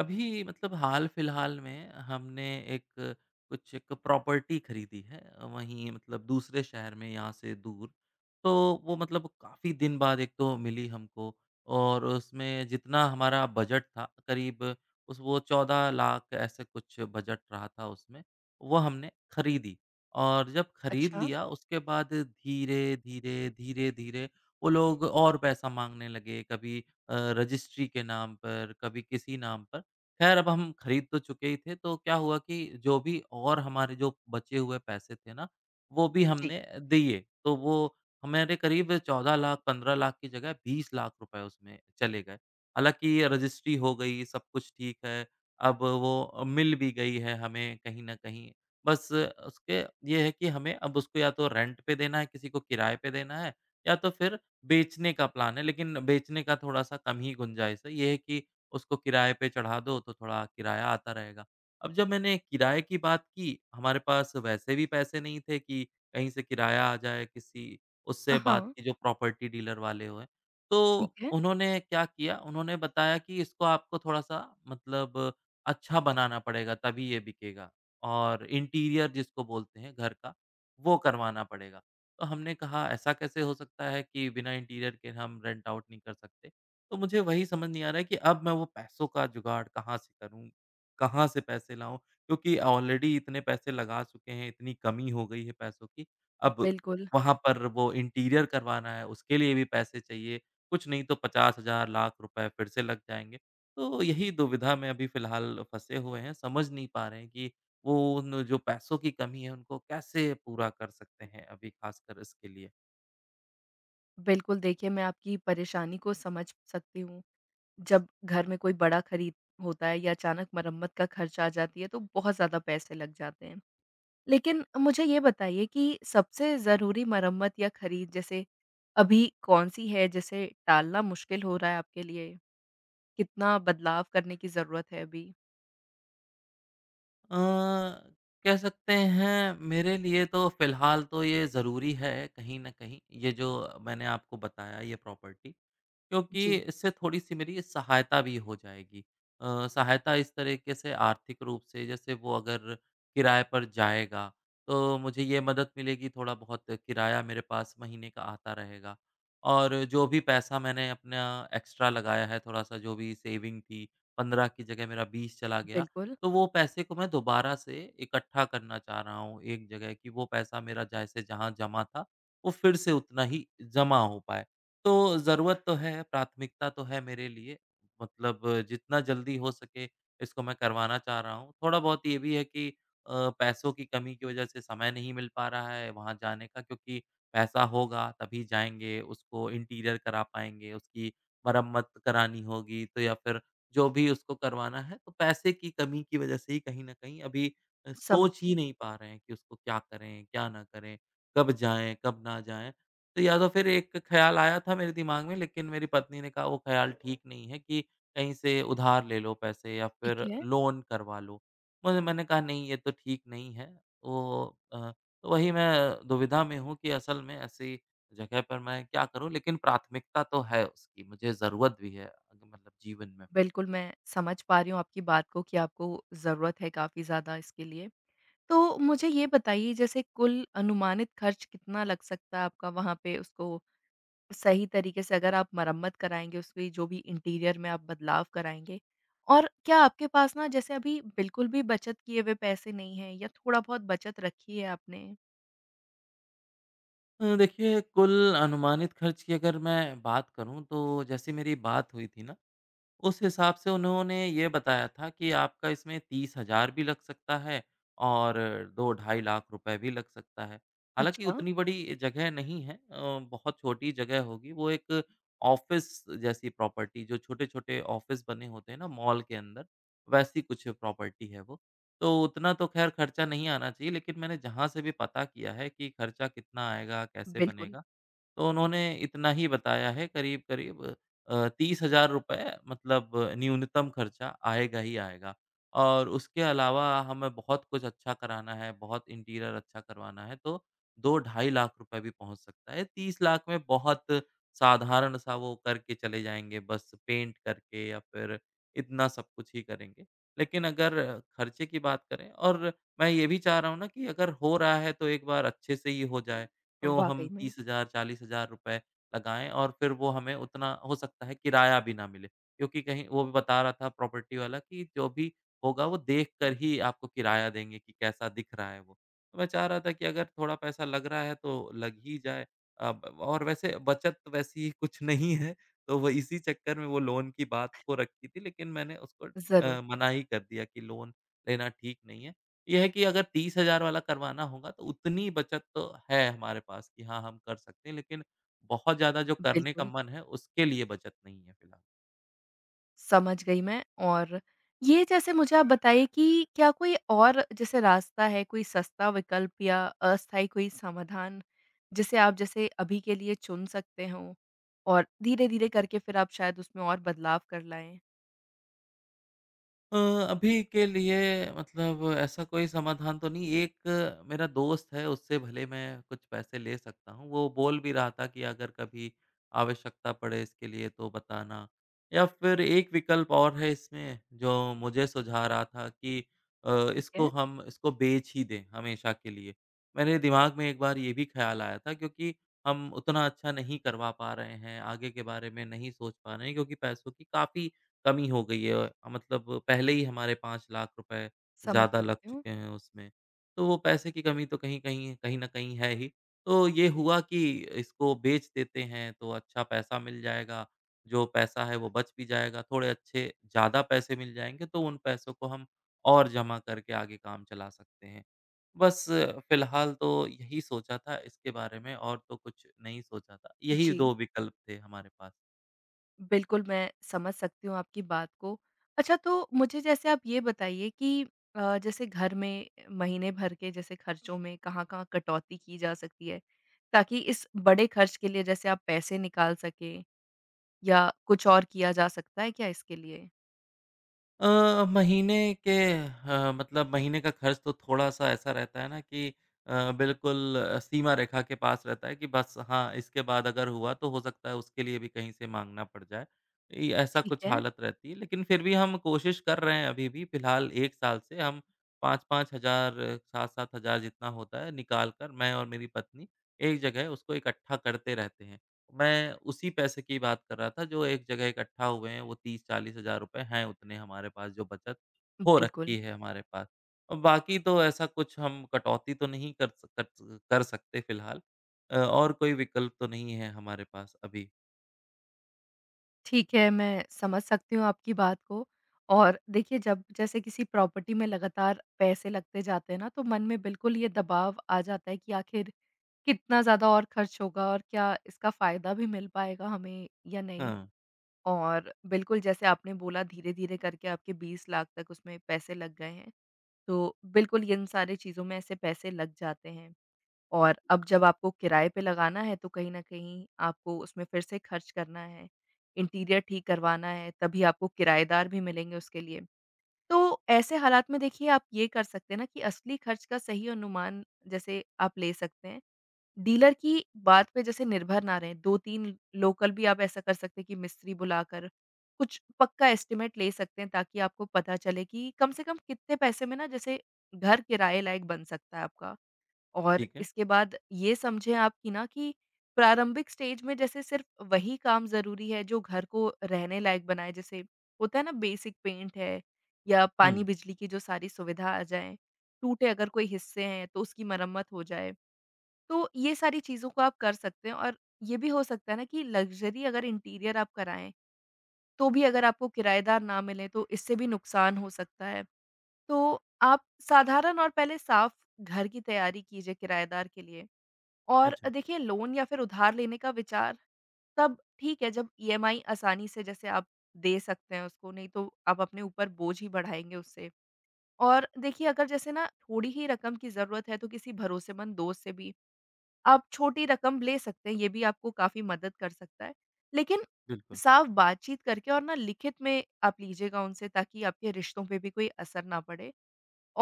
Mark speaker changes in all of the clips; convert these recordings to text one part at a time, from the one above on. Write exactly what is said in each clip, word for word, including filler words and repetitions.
Speaker 1: अभी मतलब हाल-फिलहाल में हमने एक कुछ एक प्रॉपर्टी खरीदी है। वहीं मतलब दूसरे शहर में, यहाँ से दूर। तो वो मतलब काफ़ी दिन बाद एक तो मिली हमको, और उसमें जितना हमारा बजट था, करीब उस वो चौदह लाख ऐसे कुछ बजट रहा था उसमें, वो हमने खरीदी। और जब खरीद
Speaker 2: अच्छा।
Speaker 1: लिया उसके बाद धीरे-धीरे, धीरे-धीरे वो लोग और पैसा माँगने लगे। कभी अ, रजिस्ट्री के नाम पर, कभी किसी नाम पर। ख़ैर, अब हम खरीद तो चुके ही थे, तो क्या हुआ कि जो भी और हमारे जो बचे हुए पैसे थे ना, वो भी
Speaker 2: जी।
Speaker 1: हमने दिए। तो वो हमारे करीब चौदह लाख पंद्रह लाख की जगह बीस लाख रुपए उसमें चले गए। हालाँकि रजिस्ट्री हो गई, सब कुछ ठीक है, अब वो मिल भी गई है हमें कहीं न कहीं। बस उसके, ये है कि हमें अब उसको या तो रेंट पे देना है, किसी को किराए पे देना है, या तो फिर बेचने का प्लान है, लेकिन बेचने का थोड़ा-सा कम ही गुंजाइश है। ये है कि उसको किराए पे चढ़ा दो तो थोड़ा किराया आता रहेगा। अब जब मैंने किराए की बात की, हमारे पास वैसे भी पैसे नहीं थे कि कहीं से किराया आ जाए। किसी
Speaker 2: अ,
Speaker 1: उससे बात
Speaker 2: हाँ,
Speaker 1: की जो प्रॉपर्टी डीलर वाले हुए। तो
Speaker 2: ठीक है।
Speaker 1: उन्होंने क्या किया, उन्होंने बताया कि इसको आपको थोड़ा-सा मतलब अच्छा बनाना पड़ेगा तभी ये बिकेगा, और इंटीरियर जिसको बोलते हैं घर का, वो करवाना पड़ेगा। तो हमने कहा ऐसा कैसे हो सकता है कि बिना इंटीरियर के हम रेंट आउट नहीं कर सकते। तो मुझे वही समझ नहीं आ रहा है कि अब मैं वो पैसों का जुगाड़ कहाँ से करूँ? कहाँ से पैसे लाऊँ? क्योंकि ऑलरेडी इतने पैसे लगा चुके हैं, इतनी कमी हो गई है पैसों की। अब
Speaker 2: बिल्कुल।
Speaker 1: वहाँ पर वो इंटीरियर करवाना है, उसके लिए भी पैसे चाहिए। कुछ नहीं तो पचास हज़ार लाख रुपए फिर से लग जाएँगे। तो यही दुविधा में अभी फ़िलहाल फँसे हुए हैं, समझ नहीं पा रहे हैं कि वो उन जो पैसों की कमी है, उनको कैसे पूरा कर सकते हैं अभी, ख़ासकर इसके लिए?
Speaker 2: बिल्कुल देखिए, मैं आपकी परेशानी को समझ सकती हूँ। जब घर में कोई बड़ा खरीद होता है या अचानक मरम्मत का खर्च आ जाती है, तो बहुत ज़्यादा पैसे लग जाते हैं। लेकिन मुझे ये बताइए कि सबसे ज़रूरी मरम्मत या खरीद जैसे अभी कौन-सी है जिसे टालना मुश्किल हो रहा है आपके लिए? कितना बदलाव करने की ज़रूरत है अभी?
Speaker 1: अ, कह सकते हैं मेरे लिए तो फ़िलहाल तो ये ज़रूरी है कहीं न कहीं, ये जो मैंने आपको बताया, ये प्रॉपर्टी। क्योंकि
Speaker 2: जी।
Speaker 1: इससे थोड़ी-सी मेरी सहायता भी हो जाएगी। अ, सहायता इस तरीके से, आर्थिक रूप से, जैसे वो अगर किराए पर जाएगा, तो मुझे ये मदद मिलेगी, थोड़ा बहुत किराया मेरे पास महीने का आता रहेगा। और जो भी पैसा मैंने अपना एक्स्ट्रा लगाया है, थोड़ा-सा जो भी सेविंग थी, पंद्रह की जगह मेरा बीस चला गया,
Speaker 2: बिल्कुल।
Speaker 1: तो वो पैसे को मैं दोबारा से इकट्ठा करना चाह रहा हूँ एक जगह, कि वो पैसा मेरा जैसे जहाँ जमा था, वो फिर से उतना ही जमा हो पाए। तो ज़रूरत तो है, प्राथमिकता तो है मेरे लिए, मतलब जितना जल्दी हो सके इसको मैं करवाना चाह रहा हूँ। थोड़ा बहुत ये भी है कि अ, पैसों की कमी की वजह से समय नहीं मिल पा रहा है वहाँ जाने का, क्योंकि पैसा होगा तभी जाएँगे, उसको इंटीरियर करा पाएँगे, उसकी मरम्मत करानी होगी, तो या फिर जो भी उसको करवाना है, तो पैसे की कमी की वजह से ही कहीं न कहीं अभी अ, सोच ही
Speaker 2: समझी।
Speaker 1: नहीं पा रहे हैं कि उसको क्या करें, क्या ना करें? कब जाएँ, कब ना जाएँ? तो या तो फिर एक ख़्याल आया था मेरे दिमाग में, लेकिन मेरी पत्नी ने कहा वो ख़्याल ठीक नहीं है, कि कहीं से उधार ले लो पैसे या फिर
Speaker 2: ठीक है।
Speaker 1: लोन करवा लो। मुझे मैंने कहा नहीं, ये तो ठीक नहीं है। वो अ, तो वही मैं दुविधा में हूँ कि असल में ऐसी जगह पर मैं क्या करूँ? लेकिन प्राथमिकता तो है उसकी, मुझे ज़रूरत भी है, अगर- मतलब जीवन में।
Speaker 2: बिल्कुल, मैं समझ पा रही हूँ आपकी बात को कि आपको ज़रूरत है काफ़ी ज़्यादा इसके लिए। तो मुझे ये बताइए, जैसे कुल अनुमानित खर्च कितना लग सकता है आपका वहाँ पे उसको सही तरीके से, अगर आप मरम्मत कराएँगे उसकी, जो भी इंटीरियर में आप बदलाव कराएँगे? और क्या आपके पास ना जैसे अभी बिल्कुल भी बचत किए हुए पैसे नहीं हैं या थोड़ा बहुत बचत रखी है आपने?
Speaker 1: अ, देखिए, कुल अनुमानित खर्च की अगर मैं बात करूँ, तो जैसे मेरी बात हुई थी ना, उस हिसाब से उन्होंने ये बताया था कि आपका इसमें तीस हज़ार भी लग सकता है और दो ढाई लाख रुपए भी लग सकता है। हालाँकि
Speaker 2: अच्छा।
Speaker 1: उतनी बड़ी जगह नहीं है, अ, बहुत छोटी जगह होगी। वो एक ऑफ़िस जैसी प्रॉपर्टी, जो छोटे-छोटे ऑफ़िस बने होते हैं ना मॉल के अंदर, वैसी कुछ प्रॉपर्टी है वो। तो उतना तो ख़ैर खर्चा नहीं आना चाहिए, लेकिन मैंने जहाँ से भी पता किया है कि खर्चा कितना आएगा, कैसे
Speaker 2: बिल्कुल।
Speaker 1: बनेगा, तो उन्होंने इतना ही बताया है करीब-करीब, अ, तीस हज़ार रुपए मतलब न्यूनतम खर्चा आएगा ही आएगा। और उसके अलावा हमें बहुत कुछ अच्छा कराना है, बहुत इंटीरियर अच्छा करवाना है, तो दो ढाई लाख रुपए भी पहुँच सकता है। तीस लाख में बहुत साधारण सा वो करके चले जाएँगे, बस पेंट करके, या फिर इतना सब कुछ ही करेंगे। लेकिन अगर खर्चे की बात करें, और मैं ये भी चाह रहा हूँ ना कि अगर हो रहा है तो एक बार अच्छे से ही हो जाए। क्यों हम
Speaker 2: वाक़ई में।
Speaker 1: तीस हज़ार ₹चालीस हज़ार लगाएँ और फिर वो, हमें उतना हो सकता है किराया भी ना मिले। क्योंकि कहीं वो भी बता रहा था प्रॉपर्टी वाला कि जो भी होगा वो देख कर ही आपको किराया देंगे, कि कैसा दिख रहा है वो। तो मैं चाह रहा था कि अगर थोड़ा पैसा लग रहा है तो लग ही जाए। अब और वैसे बचत तो वैसी कुछ नहीं है, तो वो इसी चक्कर में वो लोन की बात हो रखी थी, लेकिन मैंने उसको
Speaker 2: ज़रूर।
Speaker 1: अ, मना ही कर दिया कि लोन लेना ठीक नहीं है। ये है कि अगर तीस हज़ार वाला करवाना होगा तो उतनी बचत तो है हमारे पास, कि हाँ, हम कर सकते हैं, लेकिन बहुत ज़्यादा जो करने का
Speaker 2: बिल्कुल।
Speaker 1: मन है उसके लिए बचत नहीं है फ़िलहाल।
Speaker 2: समझ गई मैं। और ये जैसे मुझे आप बताइए कि क्या कोई और जैसे रास्ता है, कोई सस्ता विकल्प या अस्थायी कोई समाधान, जिसे आप जैसे अभी के लिए चुन सकते हों और धीरे-धीरे करके फिर आप शायद उसमें और बदलाव कर लाएँ?
Speaker 1: अ, अभी के लिए मतलब ऐसा कोई समाधान तो नहीं, एक मेरा दोस्त है उससे भले मैं कुछ पैसे ले सकता हूँ, वो बोल भी रहा था कि अगर कभी आवश्यकता पड़े इसके लिए तो बताना। या फिर एक विकल्प और है इसमें, जो मुझे सुझा रहा था कि अ,
Speaker 2: ठीक
Speaker 1: इसको
Speaker 2: है।
Speaker 1: हम इसको बेच ही दें हमेशा के लिए। मेरे दिमाग में एक बार ये भी ख़्याल आया था, क्योंकि हम उतना अच्छा नहीं करवा पा रहे हैं, आगे के बारे में नहीं सोच पा रहे हैं, क्योंकि पैसों की काफ़ी कमी हो गई है। अ, मतलब पहले ही हमारे पांच लाख रुपए
Speaker 2: समझ
Speaker 1: ज़्यादा लग
Speaker 2: सकती हूँ।
Speaker 1: चुके हैं उसमें। तो वो पैसे की कमी तो कहीं कहीं कहीं न कहीं है ही। तो ये हुआ कि इसको बेच देते हैं तो अच्छा पैसा मिल जाएगा, जो पैसा है वो बच भी जाएगा, थोड़े अच्छे ज़्यादा पैसे मिल जाएँगे, तो उन पैसों को हम और जमा करके आगे काम चला सकते हैं। बस फ़िलहाल तो यही सोचा था इसके बारे में, और तो कुछ नहीं सोचा था। यही
Speaker 2: जी।
Speaker 1: दो विकल्प थे हमारे पास।
Speaker 2: बिल्कुल, मैं समझ सकती हूँ आपकी बात को। अच्छा, तो मुझे जैसे आप ये बताइए कि अ, जैसे घर में महीने भर के जैसे खर्चों में कहाँ-कहाँ कटौती की जा सकती है? ताकि इस बड़े खर्च के लिए जैसे आप पैसे निकाल सकें, या कुछ और किया जा सकता है क्या इसके लिए?
Speaker 1: अ, महीने के अ, मतलब महीने का खर्च तो थोड़ा-सा ऐसा रहता है ना कि अ, बिल्कुल अ, सीमा रेखा के पास रहता है, कि बस हाँ, इसके बाद अगर हुआ तो हो सकता है उसके लिए भी कहीं से माँगना पड़ जाए। ये ऐसा
Speaker 2: ठीक
Speaker 1: कुछ
Speaker 2: है।
Speaker 1: हालत रहती है, लेकिन फिर भी हम कोशिश कर रहे हैं, अभी भी फिलहाल एक साल से हम पाँच पाँच हज़ार सात सात हज़ार जितना होता है निकाल कर, मैं और मेरी पत्नी एक जगह उसको इकट्ठा करते रहते हैं। मैं उसी पैसे की बात कर रहा था, जो एक जगह इकट्ठा हुए हैं, वो तीस चालीस हज़ार रुपए हैं उतने हमारे पास, जो बचत हो
Speaker 2: बिल्कुल।
Speaker 1: रखी है हमारे पास। अ, बाकी तो ऐसा कुछ हम कटौती तो नहीं कर स कर स कर सकते फिलहाल, अ, और कोई विकल्प तो नहीं है हमारे पास अभी।
Speaker 2: ठीक है, मैं समझ सकती हूँ आपकी बात को। और देखिए, जब जैसे किसी प्रॉपर्टी में लगातार पैसे लगते जाते हैं ना, तो मन में बिल्कुल ये दबाव आ जाता है कि आखिर कितना ज़्यादा और खर्च होगा और क्या इसका फ़ायदा भी मिल पाएगा हमें या नहीं?
Speaker 1: हाँ,
Speaker 2: और बिल्कुल जैसे आपने बोला, धीरे-धीरे करके आपके बीस लाख तक उसमें पैसे लग गए हैं, तो बिल्कुल इन सारी चीज़ों में ऐसे पैसे लग जाते हैं। और अब जब आपको किराए पे लगाना है, तो कहीं न कहीं आपको उसमें फिर से खर्च करना है, इंटीरियर ठीक करवाना है, तभी आपको किराएदार भी मिलेंगे उसके लिए। तो ऐसे हालात में देखिए, आप ये कर सकते हैं ना कि असली खर्च का सही अनुमान जैसे आप ले सकते हैं। डीलर की बात पे जैसे निर्भर ना रहें, दो तीन लोकल भी आप ऐसा कर सकते हैं कि मिस्त्री बुलाकर कुछ पक्का एस्टिमेट ले सकते हैं, ताकि आपको पता चले कि कम से कम कितने पैसे में ना जैसे घर किराए लायक बन सकता है आपका। और
Speaker 1: ठीक है।
Speaker 2: इसके बाद ये समझें आप कि ना कि प्रारंभिक स्टेज में जैसे सिर्फ़ वही काम ज़रूरी है जो घर को रहने लायक बनाए, जैसे होता है ना बेसिक पेंट है या पानी
Speaker 1: हुँ,
Speaker 2: बिजली की जो सारी सुविधा आ जाए, टूटे अगर कोई हिस्से हैं तो उसकी मरम्मत हो जाए। तो ये सारी चीज़ों को आप कर सकते हैं। और ये भी हो सकता है ना कि लग्ज़री अगर इंटीरियर आप कराएँ, तो भी अगर आपको किराएदार ना मिलें, तो इससे भी नुकसान हो सकता है। तो आप साधारण और पहले साफ़ घर की तैयारी कीजिए किराएदार के लिए। और
Speaker 1: अच्छा,
Speaker 2: देखिए, लोन या फिर उधार लेने का विचार तब ठीक है जब ईएमआई आसानी से जैसे आप दे सकते हैं उसको, नहीं तो आप अपने ऊपर बोझ ही बढ़ाएँगे उससे। और देखिए, अगर जैसे ना थोड़ी ही रकम की ज़रूरत है, तो किसी भरोसेमंद दोस्त से भी आप छोटी रकम ले सकते हैं, ये भी आपको काफ़ी मदद कर सकता है। लेकिन
Speaker 1: बिल्कुल,
Speaker 2: साफ बातचीत करके और ना लिखित में आप लीजिएगा उनसे, ताकि आपके रिश्तों पे भी कोई असर ना पड़े।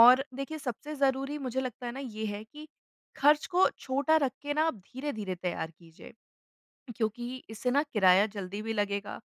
Speaker 2: और देखिए, सबसे ज़रूरी मुझे लगता है ना ये है कि खर्च को छोटा रख के ना आप धीरे-धीरे तैयार कीजिए, क्योंकि इससे ना किराया जल्दी भी लगेगा,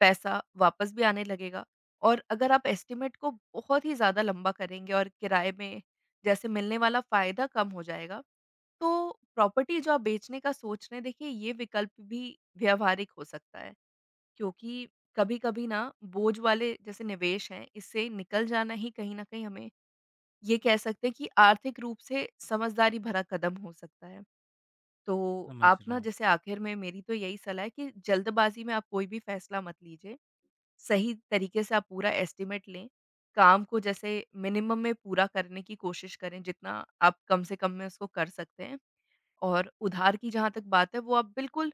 Speaker 2: पैसा वापस भी आने लगेगा। और अगर आप एस्टीमेट को बहुत ही ज़्यादा लंबा करेंगे और किराए में जैसे मिलने वाला फ़ायदा कम हो जाएगा, तो प्रॉपर्टी जो आप बेचने का सोच रहे हैं, देखिए ये विकल्प भी व्यावहारिक हो सकता है, क्योंकि कभी-कभी ना बोझ वाले जैसे निवेश हैं, इससे निकल जाना ही कहीं न कहीं हमें ये कह सकते हैं कि आर्थिक रूप से समझदारी भरा कदम हो सकता है। तो
Speaker 1: समझ
Speaker 2: आप
Speaker 1: रहा
Speaker 2: ना
Speaker 1: हूँ।
Speaker 2: जैसे आखिर में मेरी तो यही सलाह है कि जल्दबाज़ी में आप कोई भी फैसला मत लीजिए। सही तरीके से आप पूरा एस्टीमेट लें। काम को जैसे मिनिमम में पूरा करने की कोशिश करें, जितना आप कम से कम में उसको कर सकते हैं। और उधार की जहाँ तक बात है, वो आप बिल्कुल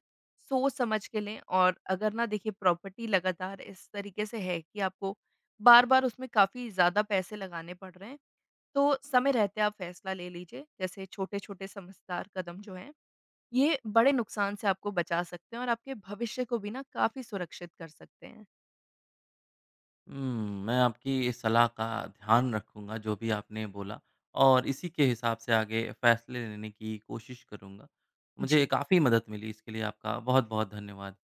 Speaker 2: सोच-समझ के लें। और अगर ना देखिए प्रॉपर्टी लगातार इस तरीके से है कि आपको बार-बार उसमें काफ़ी ज़्यादा पैसे लगाने पड़ रहे हैं, तो समय रहते आप फैसला ले लीजिए। जैसे छोटे-छोटे समझदार कदम जो हैं, ये बड़े नुकसान से आपको बचा सकते हैं और आपके भविष्य को भी ना काफ़ी सुरक्षित कर सकते हैं।
Speaker 1: हुँ, मैं आपकी इस सलाह का ध्यान रखूँगा, जो भी आपने बोला, और इसी के हिसाब से आगे फ़ैसले लेने की कोशिश करूँगा। मुझे
Speaker 2: जी।
Speaker 1: काफ़ी मदद मिली, इसके लिए आपका बहुत-बहुत धन्यवाद।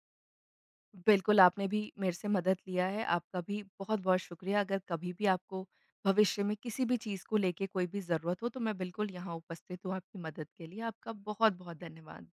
Speaker 2: बिल्कुल, आपने भी मेरे से मदद लिया है, आपका भी बहुत-बहुत शुक्रिया। अगर कभी भी आपको भविष्य में किसी भी चीज़ को लेके कोई भी ज़रूरत हो, तो मैं बिल्कुल यहाँ उपस्थित हूँ आपकी मदद के लिए। आपका बहुत-बहुत धन्यवाद।